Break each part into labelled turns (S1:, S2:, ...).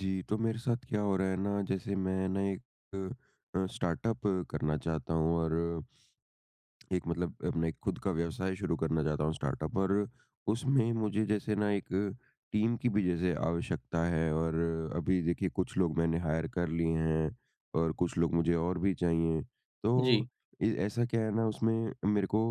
S1: जी, तो मेरे साथ क्या हो रहा है ना, जैसे मैं ना एक स्टार्टअप करना चाहता हूँ और एक मतलब अपने खुद का व्यवसाय शुरू करना चाहता हूँ स्टार्टअप और उसमें मुझे जैसे ना एक टीम की भी जैसे आवश्यकता है और अभी देखिए कुछ लोग मैंने हायर कर लिए हैं और कुछ लोग मुझे और भी चाहिए।
S2: जी,
S1: तो ए ऐसा क्या है ना उसमें मेरे को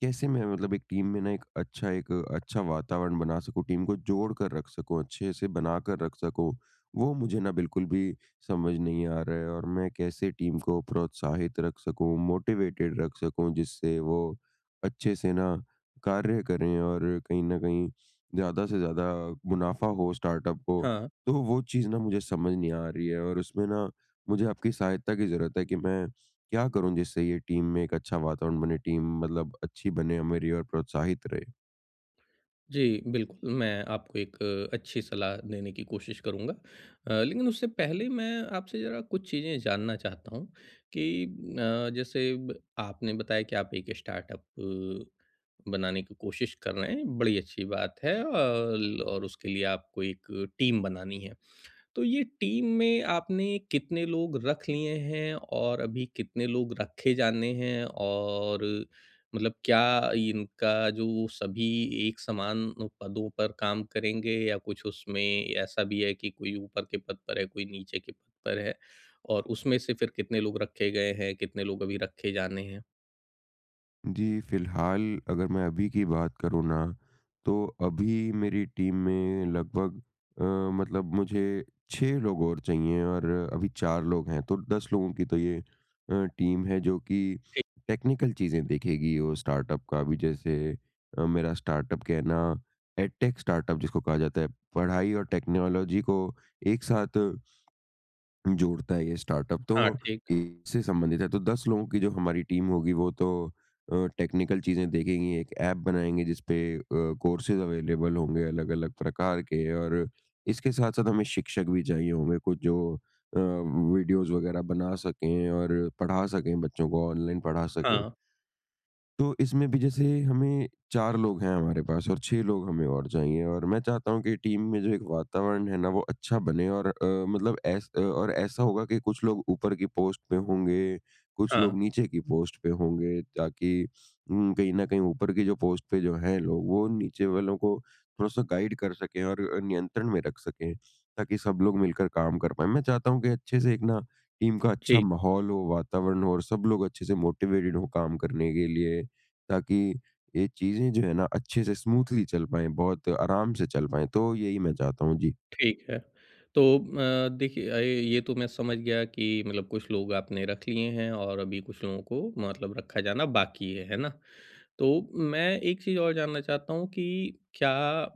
S1: कैसे मैं मतलब एक टीम में ना एक अच्छा वातावरण बना सकूँ, टीम को जोड़ कर रख सकूँ, अच्छे से बनाकर रख सकूँ, वो मुझे ना बिल्कुल भी समझ नहीं आ रहा है और मैं कैसे टीम को प्रोत्साहित रख सकूं मोटिवेटेड रख सकूं जिससे वो अच्छे से ना कार्य करें और कहीं ना कहीं ज़्यादा से ज़्यादा मुनाफा हो स्टार्टअप को।
S2: हाँ,
S1: तो वो चीज़ ना मुझे समझ नहीं आ रही है और उसमें ना मुझे आपकी सहायता की ज़रूरत है कि मैं क्या करूं जिससे ये टीम में एक अच्छा वातावरण बने, टीम मतलब अच्छी बने मेरी और प्रोत्साहित रहे।
S2: जी, बिल्कुल, मैं आपको एक अच्छी सलाह देने की कोशिश करूँगा। लेकिन उससे पहले मैं आपसे ज़रा कुछ चीज़ें जानना चाहता हूँ कि जैसे ब आपने बताया कि आप एक स्टार्टअप बनाने की कोशिश कर रहे हैं, बड़ी अच्छी बात है अल और उसके लिए आपको एक टीम बनानी है। तो ये टीम में आपने कितने लोग रख लिए हैं और अभी कितने लोग रखे जाने हैं, और मतलब क्या इनका जो वो सभी एक समान पदों पर काम करेंगे, या कुछ उसमें ऐसा भी है कि कोई ऊपर के पद पर है कोई नीचे के पद पर है, और उसमें से फिर कितने लोग रखे गए हैं कितने लोग अभी रखे जाने हैं।
S1: जी, फिलहाल अगर मैं अभी की बात करूँ ना, तो अभी मेरी टीम में लगभग अ, मतलब मुझे 6 लोग और चाहिए और अभी 4 लोग हैं, तो 10 लोगों की तो ये टीम है जो कि टेक्निकल चीज़ें देखेगी। वो स्टार्टअप का भी जैसे मेरा स्टार्टअप कहना एडटेक स्टार्टअप जिसको कहा जाता है, पढ़ाई और टेक्नोलॉजी को एक साथ जोड़ता है ये स्टार्टअप,
S2: हाँ
S1: तो
S2: ठीक।
S1: इससे संबंधित है। तो 10 लोगों की जो हमारी टीम होगी वो तो टेक्निकल चीज़ें देखेंगी, एक ऐप बनाएँगे जिस पे कोर्सेज़ अवेलेबल होंगे अलग-अलग प्रकार के। और इसके साथ-साथ हमें शिक्षक भी चाहिए होंगे कुछ जो वीडियोज़ वगैरह बना सकें और पढ़ा सकें बच्चों को, ऑनलाइन पढ़ा सकें।
S2: हाँ।
S1: तो इसमें भी जैसे हमें 4 लोग हैं हमारे पास और 6 लोग हमें और चाहिए। और मैं चाहता हूँ कि टीम में जो एक वातावरण है ना वो अच्छा बने। और और ऐसा होगा कि कुछ लोग ऊपर की पोस्ट पे होंगे, कुछ लोग
S2: हाँ
S1: नीचे की पोस्ट पे होंगे, ताकि कहीं न कहीं ऊपर की जो पोस्ट पे जो हैं लोग वो नीचे वालों को थोड़ा-सा गाइड कर सकें और नियंत्रण में रख सकें, ताकि सब लोग मिलकर काम कर पाएँ। मैं चाहता हूँ कि अच्छे से एक ना टीम का अच्छा
S2: जी।
S1: माहौल हो, वातावरण हो और सब लोग अच्छे से मोटिवेटेड हों काम करने के लिए, ताकि ये चीज़ें जो है ना अच्छे से स्मूथली चल पाएँ, बहुत आराम से चल पाएँ। तो यही मैं चाहता हूँ। जी।
S2: ठीक है। तो देखिए, ये तो मैं समझ गया कि मतलब कुछ लोग आपने रख लिए हैं और अभी कुछ लोगों को मतलब रखा जाना बाकी है ना? तो मैं एक चीज़ और जानना चाहता हूँ कि क्या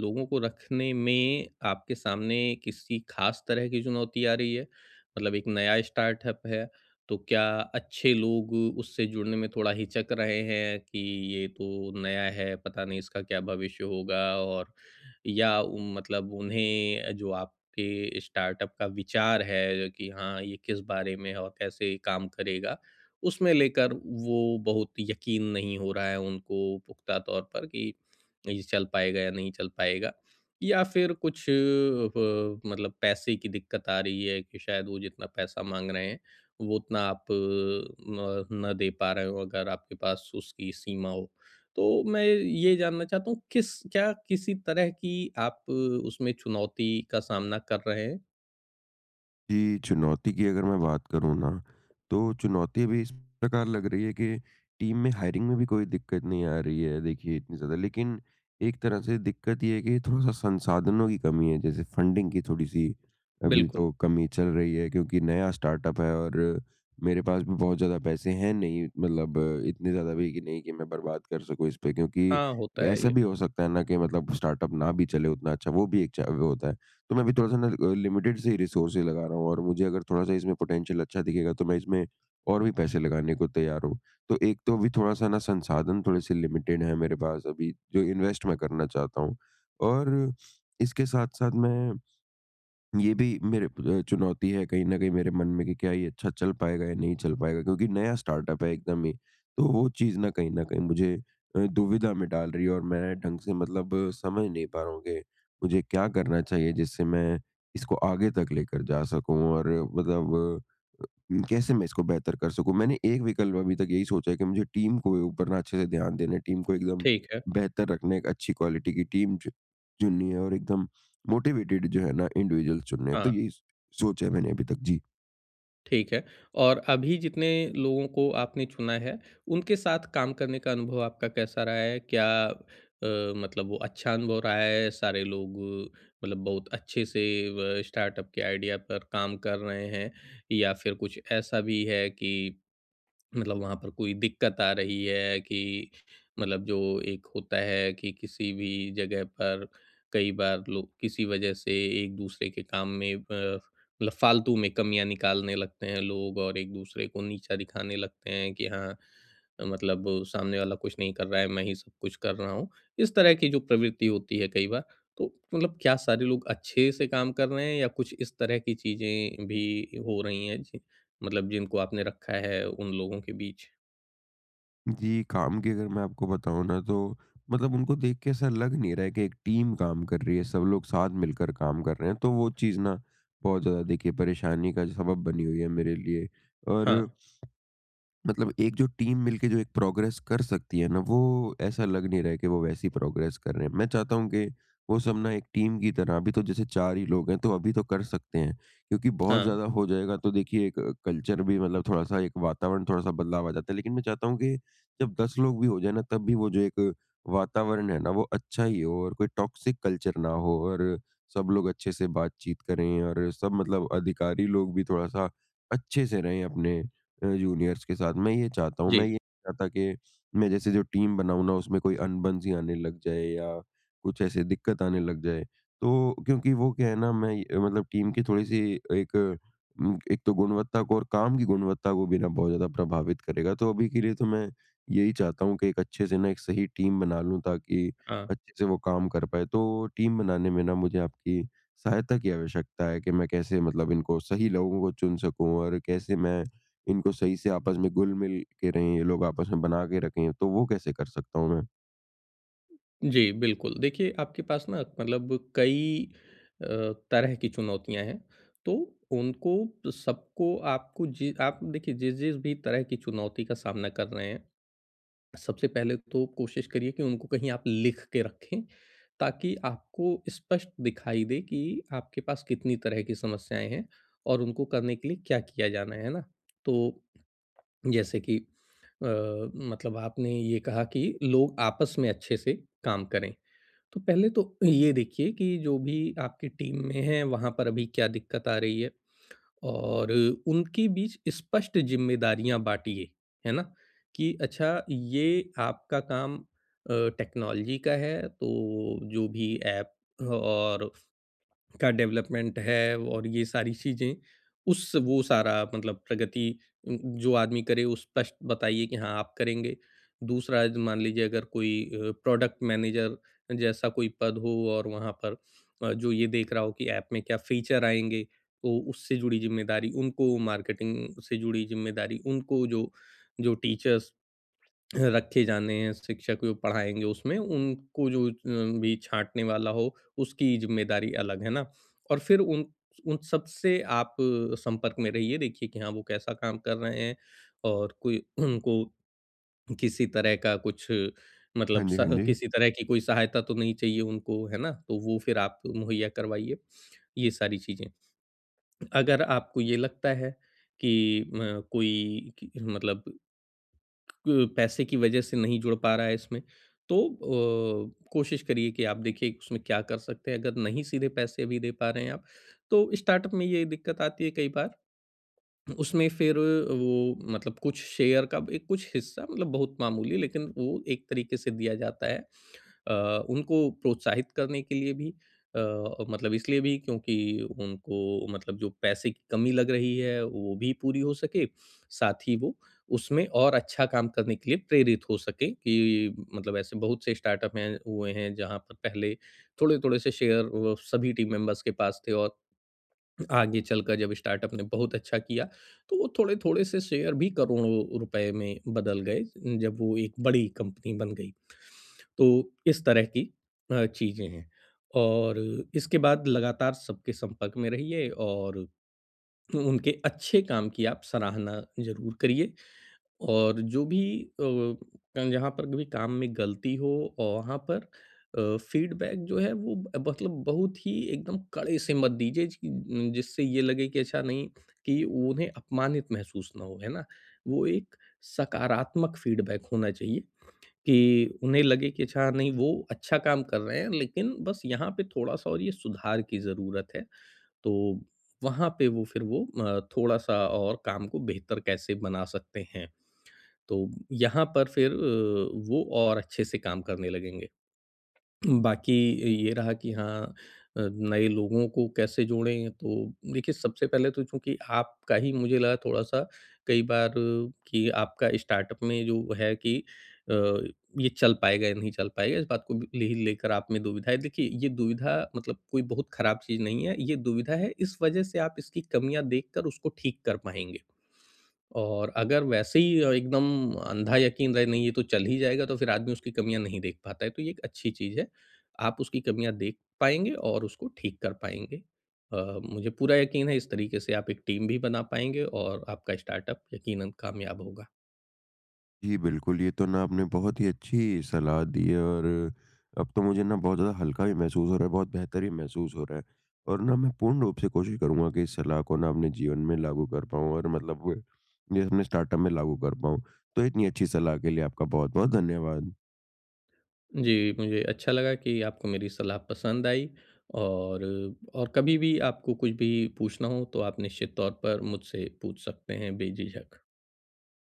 S2: लोगों को रखने में आपके सामने किसी खास तरह की चुनौती आ रही है? मतलब एक नया स्टार्टअप है, तो क्या अच्छे लोग उससे जुड़ने में थोड़ा हिचक रहे हैं कि ये तो नया है, पता नहीं इसका क्या भविष्य होगा? और या उ मतलब उन्हें जो आपके स्टार्टअप का विचार है कि हाँ, ये किस बारे में है और कैसे काम करेगा? उसमें लेकर वो बहुत यकीन नहीं हो रहा है उनको पुख्ता तौर पर कि ये चल पाएगा या नहीं चल पाएगा, या फिर कुछ मतलब पैसे की दिक्कत आ रही है कि शायद वो जितना पैसा मांग रहे हैं वो उतना आप न न दे पा रहे हो, अगर आपके पास उसकी सीमा हो। तो मैं ये जानना चाहता हूँ किस क्या किसी तरह की आप उसमें चुनौती का सामना कर रहे हैं?
S1: जी, चुनौती की अगर मैं बात करूँ ना, तो चुनौती भी इस प्रकार लग रही है कि टीम में हायरिंग में भी कोई दिक्कत नहीं आ रही है देखिए इतनी ज़्यादा। लेकिन एक तरह से दिक्कत ये है कि थोड़ा-सा संसाधनों की कमी है, जैसे फंडिंग की थोड़ी-सी अभी
S2: बिल्कुल।
S1: तो कमी चल रही है क्योंकि नया स्टार्टअप है। और मेरे पास भी बहुत ज़्यादा पैसे हैं नहीं, मतलब इतने ज़्यादा भी कि नहीं कि मैं बर्बाद कर सकूँ इस पे, क्योंकि
S2: हाँ, होता है
S1: ऐसा
S2: ये।
S1: भी हो सकता है ना कि मतलब स्टार्टअप ना भी चले उतना अच्छा, वो भी एक चा वो होता है। तो मैं भी थोड़ा-सा ना लिमिटेड से ही रिसोर्सेस लगा रहा हूँ और मुझे अगर थोड़ा-सा इसमें पोटेंशियल अच्छा दिखेगा तो मैं इसमें और भी पैसे लगाने को तैयार हूँ। तो एक तो अभी थोड़ा-सा ना संसाधन थोड़े-से लिमिटेड हैं मेरे पास अभी जो इन्वेस्ट मैं करना चाहता हूँ। और इसके साथ-साथ मैं ये भी मेरे चुनौती है कहीं न कहीं मेरे मन में कि क्या ये अच्छा चल पाएगा या नहीं चल पाएगा, क्योंकि नया स्टार्टअप है एकदम ही। तो वो चीज़ ना कहीं न कहीं मुझे दुविधा में डाल रही है और मैं ढंग से मतलब समझ नहीं पा रहा हूँ कि मुझे क्या करना चाहिए जिससे मैं इसको आगे तक लेकर जा सकूँ और मतलब कैसे मैं इसको बेहतर कर सकूँ? मैंने एक विकल्प अभी तक यही सोचा है कि मुझे टीम को ऊपर ना अच्छे से ध्यान देना है, टीम को एकदम
S2: ठीक है।
S1: बेहतर रखना है, एक अच्छी क्वालिटी की टीम चु चुननी है और एकदम मोटिवेटेड जो है ना इंडिविजुअल्स चुनने हैं, तो
S2: हाँ।
S1: यही स सोचा है मैंने अभी तक। जी।
S2: ठीक है। और अभी जितने लोगों को आपने चुना है, उनके साथ काम करने का अनुभव आपका कैसा रहा है? क्या मतलब वो अच्छा अनुभव रहा है, सारे लोग मतलब बहुत अच्छे से व स्टार्टअप के आइडिया पर काम कर रहे हैं, या फिर कुछ ऐसा भी है कि मतलब वहाँ पर कोई दिक्कत आ रही है कि मतलब जो एक होता है कि किसी भी जगह पर कई बार लोग किसी वजह से एक दूसरे के काम में मतलब फालतू में कमियां निकालने लगते हैं लोग, और एक दूसरे को नीचा दिखाने लगते हैं कि हाँ, मतलब सामने वाला कुछ नहीं कर रहा है मैं ही सब कुछ कर रहा हूँ, इस तरह की जो प्रवृत्ति होती है कई बार। तो मतलब क्या सारे लोग अच्छे से काम कर रहे हैं या कुछ इस तरह की चीजें भी हो रही हैं मतलब जिनको आपने रखा है उन लोगों के बीच?
S1: जी, काम की अगर मैं आपको बताऊँ ना, तो मतलब उनको देख के ऐसा लग नहीं रहा है कि एक टीम काम कर रही है, सब लोग साथ मिलकर काम कर रहे हैं, तो वो चीज़ ना बहुत ज़्यादा देखिए परेशानी का सबब बनी हुई है मेरे लिए। और
S2: हाँ,
S1: मतलब एक जो टीम मिलके जो एक प्रोग्रेस कर सकती है ना, वो ऐसा लग नहीं रहा है कि वो वैसी प्रोग्रेस कर रहे हैं। मैं चाहता हूँ कि वो सब ना एक टीम की तरह, अभी तो जैसे 4 ही लोग हैं, तो अभी तो कर सकते हैं। क्योंकि बहुत
S2: हाँ,
S1: ज़्यादा हो जाएगा तो देखिए एक कल्चर भी मतलब थोड़ा-सा, एक वातावरण थोड़ा-सा बदलाव आ जाता है। लेकिन मैं चाहता हूँ कि जब 10 लोग भी हो जाएँ ना, तब भी वो जो एक वातावरण है ना, वो अच्छा ही हो और कोई टॉक्सिक कल्चर ना हो और सब लोग अच्छे से बातचीत करें और सब मतलब अधिकारी लोग भी थोड़ा-सा अच्छे से रहें अपने जूनियर्स के साथ। मैं ये चाहता हूँ,
S2: जी,
S1: मैं ये नहीं चाहता कि मैं जैसे जो टीम बनाऊँ ना उसमें कोई अनबन सी आने लग जाए या कुछ ऐसे दिक्कत आने लग जाए। तो क्योंकि वो क्या है ना मैं ये मतलब टीम की थोड़ी-सी एक एक तो गुणवत्ता को और काम की गुणवत्ता को भी ना बहुत ज़्यादा प्रभावित करेगा। तो अभी के लिए तो मैं यही चाहता हूँ कि एक अच्छे से ना एक सही टीम बना लूँ, ताकि
S2: हाँ,
S1: अच्छे से वो काम कर पाए। तो टीम बनाने में ना मुझे आपकी सहायता की आवश्यकता है कि मैं कैसे मतलब इनको सही लोगों को चुन सकूँ और कैसे मैं इनको सही से आपस में घुल-मिल के रहें, ये लोग आपस में बना के रखें, तो वो कैसे कर सकता हूँ मैं?
S2: जी, बिल्कुल। देखिए आपके पास ना मतलब कई अ, तरह की चुनौतियाँ हैं, तो उनको सबको आपको जि आप देखिए जिस-जिस भी तरह की चुनौती का सामना कर रहे हैं, सबसे पहले तो कोशिश करिए कि उनको कहीं आप लिख के रखें, ताकि आपको स्पष्ट दिखाई दे कि आपके पास कितनी तरह की समस्याएँ हैं और उनको करने के लिए क्या किया जाना है ना? तो जैसे कि मतलब आपने ये कहा कि लोग आपस में अच्छे से काम करें। तो पहले तो ये देखिए कि जो भी आपकी टीम में है वहाँ पर अभी क्या दिक्कत आ रही है, और उनके बीच स्पष्ट ज़िम्मेदारियाँ बाँटिए, है ना? कि अच्छा, ये आपका काम टेक्नोलॉजी का है तो जो भी ऐप और का डेवलपमेंट है और ये सारी चीज़ें, उस वो सारा मतलब प्रगति जो आदमी करे वो स्पष्ट बताइए कि हाँ, आप करेंगे। दूसरा ज मान लीजिए अगर कोई प्रोडक्ट मैनेजर जैसा कोई पद हो, और वहाँ पर जो ये देख रहा हो कि ऐप में क्या फ़ीचर आएँगे, तो उससे जुड़ी ज़िम्मेदारी उनको, मार्केटिंग से जुड़ी ज़िम्मेदारी उनको, जो जो टीचर्स रखे जाने हैं, शिक्षक जो पढ़ाएँगे उसमें उनको, जो भी छाँटने वाला हो, उसकी ज़िम्मेदारी अलग, है ना? और फिर उन उन सबसे आप संपर्क में रहिए, देखिए कि हाँ, वो कैसा काम कर रहे हैं, और कोई उनको किसी तरह का कुछ
S1: हाँ
S2: मतलब स
S1: जी, हाँ जी।
S2: किसी तरह की कोई सहायता तो नहीं चाहिए उनको, है ना? तो वो फिर आप मुहैया करवाइए, ये सारी चीज़ें। अगर आपको ये लगता है कि म कोई कि मतलब क पैसे की वजह से नहीं जुड़ पा रहा है इसमें, तो कोशिश करिए कि आप देखिए कि उसमें क्या कर सकते हैं। अगर नहीं सीधे पैसे भी दे पा रहे हैं आप, तो स्टार्टअप में ये दिक्कत आती है कई बार, उसमें फिर वो मतलब कुछ शेयर का एक कुछ हिस्सा मतलब बहुत मामूली लेकिन वो एक तरीके से दिया जाता है। उनको प्रोत्साहित करने के लिए भी, अ, मतलब इसलिए भी क्योंकि उनको मतलब जो पैसे की कमी लग रही है वो भी पूरी हो सके, साथ ही वो उसमें और अच्छा काम करने के लिए प्रेरित हो सके कि मतलब ऐसे बहुत से स्टार्टअप हैं हुए हैं जहाँ पर पहले थोड़े-थोड़े से शेयर सभी टीम मेंबर्स के पास थे, और आगे चलकर जब स्टार्टअप ने बहुत अच्छा किया, तो वो थोड़े-थोड़े से शेयर भी करोड़ों रुपए में बदल गए, जब वो एक बड़ी कंपनी बन गई। तो इस तरह की चीज़ें हैं। और इसके बाद लगातार सबके संपर्क में रहिए, और उनके अच्छे काम की आप सराहना ज़रूर करिए, और जो भी अ, जहाँ पर भी काम में गलती हो और वहाँ पर फीडबैक जो है वो मतलब बहुत ही एकदम कड़े से मत दीजिए, कि- न- जिससे ये लगे कि अच्छा नहीं, कि उन्हें अपमानित महसूस ना हो, है ना। वो एक सकारात्मक फीडबैक होना चाहिए, कि उन्हें लगे कि अच्छा नहीं, वो अच्छा काम कर रहे हैं लेकिन बस यहाँ पे थोड़ा सा और ये सुधार की ज़रूरत है। तो वहाँ पे वो फिर वो थोड़ा सा और काम को बेहतर कैसे बना सकते हैं, तो यहाँ पर फिर वो और अच्छे से काम करने लगेंगे। बाकी ये रहा कि हाँ, नए लोगों को कैसे जोड़ें, तो देखिए सबसे पहले तो चूँकि आपका ही मुझे लगा थोड़ा-सा कई बार कि आपका स्टार्टअप में जो है कि अ, ये चल पाएगा या नहीं चल पाएगा, इस बात को भी ले ही लेकर आप में दुविधा है। देखिए ये दुविधा मतलब कोई बहुत खराब चीज़ नहीं है, ये दुविधा है इस वजह से आप इसकी कमियाँ देखकर उसको ठीक कर पाएँगे। और अगर वैसे ही एकदम अंधा यकीन रहे नहीं ये तो चल ही जाएगा, तो फिर आदमी उसकी कमियाँ नहीं देख पाता है। तो ये एक अच्छी चीज़ है। आप उसकी कमियाँ देख पाएँगे और उसको ठीक कर पाएँगे। मुझे पूरा यकीन है इस तरीके से आप एक टीम भी बना पाएँगे और आपका स्टार्टअप यकीनन कामयाब होगा।
S1: जी, बिल्कुल, ये तो ना आपने बहुत ही अच्छी सलाह दी है। और अब तो मुझे ना बहुत ज़्यादा हल्का भी महसूस हो रहा है, बहुत बेहतर भी महसूस हो रहा है। और ना मैं पूर्ण रूप से कोशिश करूँगा कि इस सलाह को ना अपने जीवन में लागू कर पाऊँ और मतलब ये अपने स्टार्टअप में लागू कर पाऊँ। तो इतनी अच्छी सलाह के लिए आपका बहुत-बहुत धन्यवाद।
S2: जी, मुझे अच्छा लगा कि आपको मेरी सलाह पसंद आई, और और कभी भी आपको कुछ भी पूछना हो तो आप निश्चित तौर पर मुझसे पूछ सकते हैं बेझिझक।